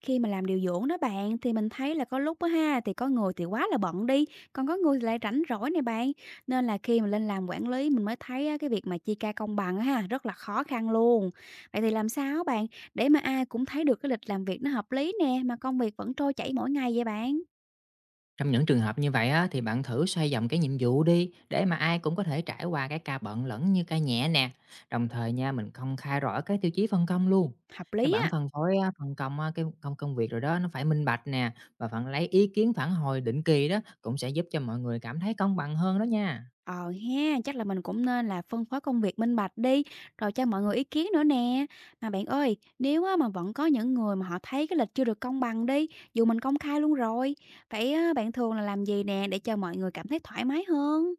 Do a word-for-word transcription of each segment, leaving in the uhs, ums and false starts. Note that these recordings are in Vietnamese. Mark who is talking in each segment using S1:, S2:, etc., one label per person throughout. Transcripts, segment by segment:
S1: Khi mà làm điều dưỡng đó bạn thì mình thấy là có lúc á ha thì có người thì quá là bận đi, còn có người thì lại rảnh rỗi này bạn. Nên là khi mà lên làm quản lý mình mới thấy á, cái việc mà chia ca công bằng á ha rất là khó khăn luôn. Vậy thì làm sao bạn để mà ai cũng thấy được cái lịch làm việc nó hợp lý nè mà công việc vẫn trôi chảy mỗi ngày vậy bạn?
S2: Trong những trường hợp như vậy á, thì bạn thử xoay vòng cái nhiệm vụ đi để mà ai cũng có thể trải qua cái ca bận lẫn như ca nhẹ nè. Đồng thời nha, mình công khai rõ cái tiêu chí phân công luôn.
S1: Hợp
S2: Cái
S1: lý
S2: bản
S1: á.
S2: phân phối á, phân công á, cái công công việc rồi đó nó phải minh bạch nè và bạn lấy ý kiến phản hồi định kỳ đó cũng sẽ giúp cho mọi người cảm thấy công bằng hơn đó nha.
S1: Ờ ha, chắc là mình cũng nên là phân phối công việc minh bạch đi, rồi cho mọi người ý kiến nữa nè. Mà bạn ơi, nếu á, mà vẫn có những người mà họ thấy cái lịch chưa được công bằng đi, dù mình công khai luôn rồi, vậy á, bạn thường là làm gì nè để cho mọi người cảm thấy thoải mái hơn?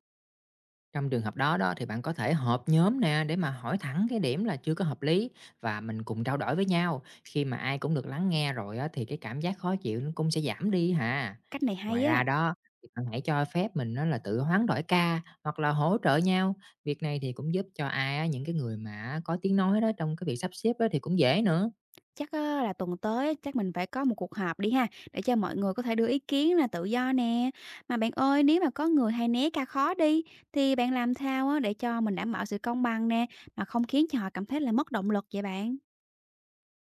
S2: Trong trường hợp đó đó thì bạn có thể họp nhóm nè để mà hỏi thẳng cái điểm là chưa có hợp lý và mình cùng trao đổi với nhau. Khi mà ai cũng được lắng nghe rồi á, thì cái cảm giác khó chịu nó cũng sẽ giảm đi hà.
S1: Cách này
S2: Ngoài
S1: hay
S2: ra
S1: á,
S2: đó thì bạn hãy cho phép mình nó là tự hoán đổi ca hoặc là hỗ trợ nhau. Việc này thì cũng giúp cho ai á, những cái người mà có tiếng nói đó trong cái việc sắp xếp đó thì cũng dễ nữa.
S1: chắc á, là tuần tới á, chắc mình phải có một cuộc họp đi ha, để cho mọi người có thể đưa ý kiến là tự do nè. Mà bạn ơi, nếu mà có người hay né ca khó đi, thì bạn làm sao á, để cho mình đảm bảo sự công bằng nè, mà không khiến cho họ cảm thấy là mất động lực vậy bạn?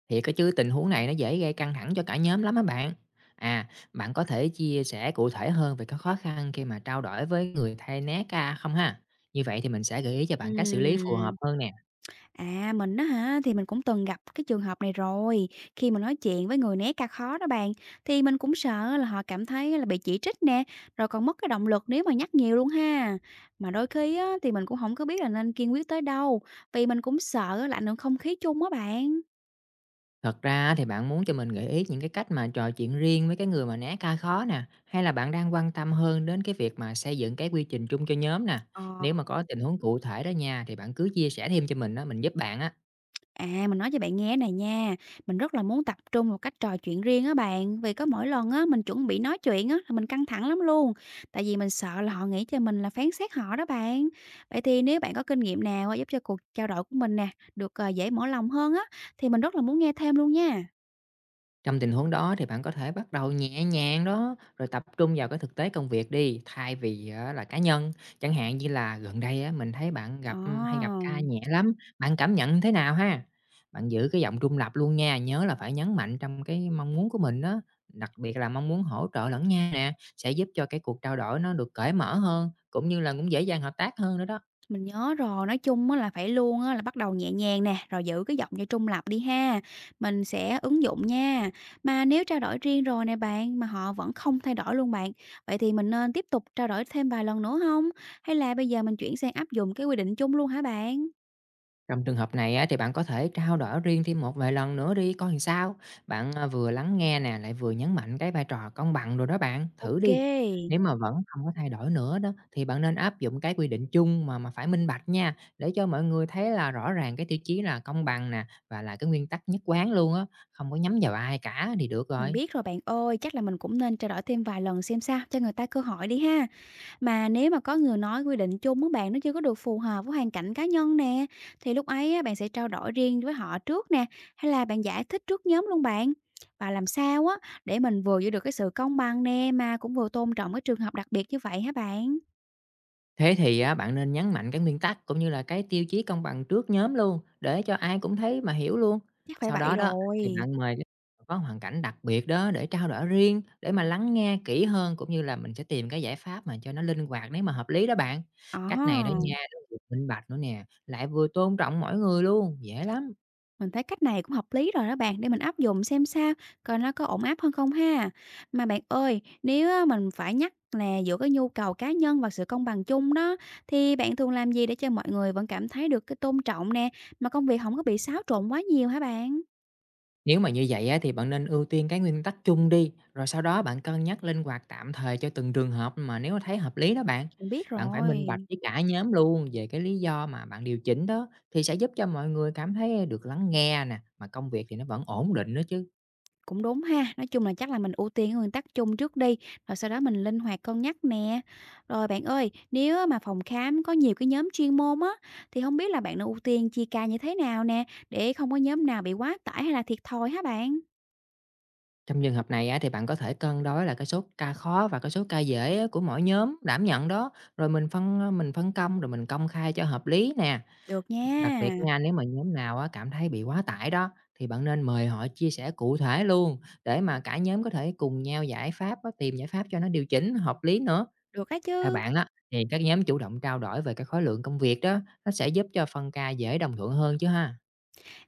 S2: Thiệt á chứ, tình huống này nó dễ gây căng thẳng cho cả nhóm lắm á bạn. À, bạn có thể chia sẻ cụ thể hơn về các khó khăn khi mà trao đổi với người thay né ca không ha? Như vậy thì mình sẽ gợi ý cho bạn cách xử lý phù hợp
S1: Ừm,
S2: hơn nè.
S1: à, mình á hả, thì mình cũng từng gặp cái trường hợp này rồi. Khi mà nói chuyện với người né ca khó đó bạn, thì mình cũng sợ là họ cảm thấy là bị chỉ trích nè, rồi còn mất cái động lực nếu mà nhắc nhiều luôn ha. Mà đôi khi á, thì mình cũng không có biết là nên kiên quyết tới đâu, vì mình cũng sợ là ảnh hưởng không khí chung á bạn.
S2: Thật ra á thì bạn muốn cho mình gợi ý những cái cách mà trò chuyện riêng với cái người mà né ca khó nè, hay là bạn đang quan tâm hơn đến cái việc mà xây dựng cái quy trình chung cho nhóm nè.
S1: Ờ.
S2: Nếu mà có tình huống cụ thể đó nha thì bạn cứ chia sẻ thêm cho mình đó mình giúp bạn á.
S1: À, mình nói cho bạn nghe này nha, mình rất là muốn tập trung vào cách trò chuyện riêng á bạn, vì có mỗi lần á mình chuẩn bị nói chuyện á là mình căng thẳng lắm luôn, tại vì mình sợ là họ nghĩ cho mình là phán xét họ đó bạn. Vậy thì nếu bạn có kinh nghiệm nào á, giúp cho cuộc trao đổi của mình nè được ờ, dễ mở lòng hơn á thì mình rất là muốn nghe thêm luôn nha.
S2: Trong tình huống đó thì bạn có thể bắt đầu nhẹ nhàng đó, rồi tập trung vào cái thực tế công việc đi, thay vì á là cá nhân. Chẳng hạn như là gần đây á, mình thấy bạn gặp hay gặp ca
S1: Ồ.
S2: nhẹ lắm, bạn cảm nhận thế nào ha? Bạn giữ cái giọng trung lập luôn nha, nhớ là phải nhấn mạnh trong cái mong muốn của mình đó, đặc biệt là mong muốn hỗ trợ lẫn nhau nè, sẽ giúp cho cái cuộc trao đổi nó được cởi mở hơn, cũng như là cũng dễ dàng hợp tác hơn nữa đó.
S1: Mình nhớ rồi, nói chung á là phải luôn á là bắt đầu nhẹ nhàng nè, rồi giữ cái giọng cho trung lập đi ha. Mình sẽ ứng dụng nha. Mà nếu trao đổi riêng rồi nè bạn, mà họ vẫn không thay đổi luôn bạn, vậy thì mình nên tiếp tục trao đổi thêm vài lần nữa không? Hay là bây giờ mình chuyển sang áp dụng cái quy định chung luôn hả bạn?
S2: Trong trường hợp này á, thì bạn có thể trao đổi riêng thêm một vài lần nữa đi coi làm sao. Bạn à, vừa lắng nghe nè lại vừa nhấn mạnh cái vai trò công bằng rồi đó bạn, thử
S1: Ok,
S2: đi. Nếu mà vẫn không có thay đổi nữa đó thì bạn nên áp dụng cái quy định chung mà mà phải minh bạch nha để cho mọi người thấy là rõ ràng cái tiêu chí là công bằng nè và là cái nguyên tắc nhất quán luôn á, không có nhắm vào ai cả thì được
S1: mình
S2: rồi.
S1: biết rồi bạn ơi, chắc là mình cũng nên trao đổi thêm vài lần xem sao cho người ta cơ hội đi ha. Mà nếu mà có người nói quy định chung á bạn, nó chưa có được phù hợp với hoàn cảnh cá nhân nè, thì lúc ấy á, bạn sẽ trao đổi riêng với họ trước nè, hay là bạn giải thích trước nhóm luôn bạn? Và làm sao á để mình vừa giữ được cái sự công bằng nè mà cũng vừa tôn trọng cái trường hợp đặc biệt như vậy hả bạn?
S2: Thế thì á, bạn nên nhấn mạnh cái nguyên tắc cũng như là cái tiêu chí công bằng trước nhóm luôn để cho ai cũng thấy mà hiểu luôn.
S1: Chắc phải
S2: Sau
S1: vậy
S2: đó đó thì
S1: rồi.
S2: bạn mời cái người có hoàn cảnh đặc biệt đó để trao đổi riêng để mà lắng nghe kỹ hơn cũng như là mình sẽ tìm cái giải pháp mà cho nó linh hoạt nếu mà hợp lý đó bạn.
S1: Ờ
S2: Cách
S1: ha.
S2: này đó nha, nó vừa minh bạch nữa nè, lại vừa tôn trọng mỗi người luôn, dễ lắm.
S1: Mình thấy cách này cũng hợp lý rồi đó bạn, để mình áp dụng xem sao, coi nó có ổn áp hơn không ha. Mà bạn ơi, nếu á, mình phải nhắc là giữa cái nhu cầu cá nhân và sự công bằng chung đó, thì bạn thường làm gì để cho mọi người vẫn cảm thấy được cái tôn trọng nè, mà công việc không có bị xáo trộn quá nhiều hả bạn?
S2: Nếu mà như vậy á, thì bạn nên ưu tiên cái nguyên tắc chung đi, rồi sau đó bạn cân nhắc linh hoạt tạm thời cho từng trường hợp mà nếu thấy hợp lý đó bạn.
S1: Mình biết
S2: Bạn phải minh bạch
S1: rồi.
S2: với cả nhóm luôn về cái lý do mà bạn điều chỉnh đó thì sẽ giúp cho mọi người cảm thấy được lắng nghe nè, mà công việc thì nó vẫn ổn định nữa chứ.
S1: Cũng đúng ha, nói chung là chắc là mình ưu tiên cái nguyên tắc chung trước đi, rồi sau đó mình linh hoạt cân nhắc nè. Rồi bạn ơi, nếu á mà phòng khám có nhiều cái nhóm chuyên môn á, thì không biết là bạn nên ưu tiên chia ca như thế nào nè, để không có nhóm nào bị quá tải hay là thiệt thòi hả bạn?
S2: Trong trường hợp này á, thì bạn có thể cân đối là cái số ca khó và cái số ca dễ á, của mỗi nhóm đảm nhận đó, rồi mình phân mình phân công rồi mình công khai cho hợp lý nè.
S1: Được
S2: Đặc biệt á
S1: nha,
S2: nha, nếu mà nhóm nào á cảm thấy bị quá tải đó, thì bạn nên mời họ chia sẻ cụ thể luôn để mà cả nhóm có thể cùng nhau giải pháp á, tìm giải pháp cho nó điều chỉnh hợp lý nữa.
S1: được á
S2: Theo
S1: chứ.
S2: bạn đó thì các nhóm chủ động trao đổi về cái khối lượng công việc đó, nó sẽ giúp cho phân ca dễ đồng thuận hơn chứ ha.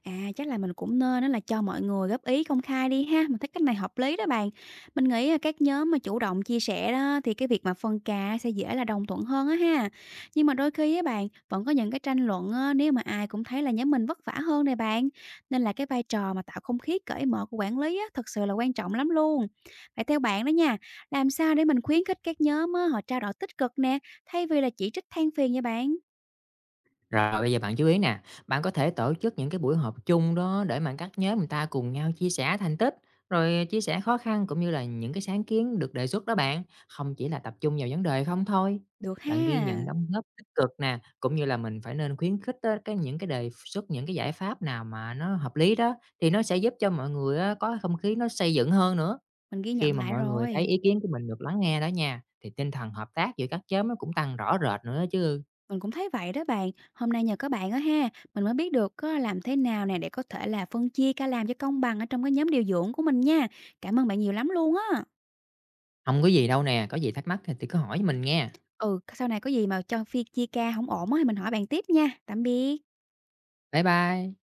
S1: À, chắc là mình cũng nên đó là cho mọi người góp ý công khai đi ha, mình thấy cách này hợp lý đó bạn. Mình nghĩ, a, các nhóm mà chủ động chia sẻ đó thì cái việc mà phân ca sẽ dễ là đồng thuận hơn á ha. Nhưng mà đôi khi á bạn, vẫn có những cái tranh luận á, nếu mà ai cũng thấy là nhóm mình vất vả hơn nè bạn. Nên là cái vai trò mà tạo không khí cởi mở của quản lý á, thật sự là quan trọng lắm luôn. Vậy theo bạn đó nha, làm sao để mình khuyến khích các nhóm á, họ trao đổi tích cực nè, thay vì là chỉ trích than phiền nha bạn?
S2: Rồi bây giờ bạn chú ý nè, bạn có thể tổ chức những cái buổi họp chung đó để mà các nhóm người ta cùng nhau chia sẻ thành tích, rồi chia sẻ khó khăn cũng như là những cái sáng kiến được đề xuất đó bạn, không chỉ là tập trung vào vấn đề không thôi.
S1: Được
S2: Bạn ghi
S1: ha,
S2: nhận đóng góp tích cực nè, cũng như là mình phải nên khuyến khích á, cái những cái đề xuất những cái giải pháp nào mà nó hợp lý đó thì nó sẽ giúp cho mọi người á, có không khí nó xây dựng hơn nữa.
S1: mình ghi
S2: Khi
S1: nhận
S2: mà
S1: lại
S2: mọi người thấy
S1: rồi.
S2: ý kiến của mình được lắng nghe đó nha, thì tinh thần hợp tác giữa các nhóm nó cũng tăng rõ rệt nữa chứ.
S1: Mình cũng thấy vậy đó bạn. Hôm nay nhờ các bạn á ha, mình mới biết được có làm thế nào nè để có thể là phân chia ca làm cho công bằng ở trong cái nhóm điều dưỡng của mình nha. Cảm ơn bạn nhiều lắm luôn á.
S2: Không có gì đâu nè, có gì thắc mắc thì thì cứ hỏi mình nghe.
S1: Ừ, sau này có gì mà cho phi chia ca không ổn á thì mình hỏi bạn tiếp nha. Tạm biệt.
S2: Bye bye.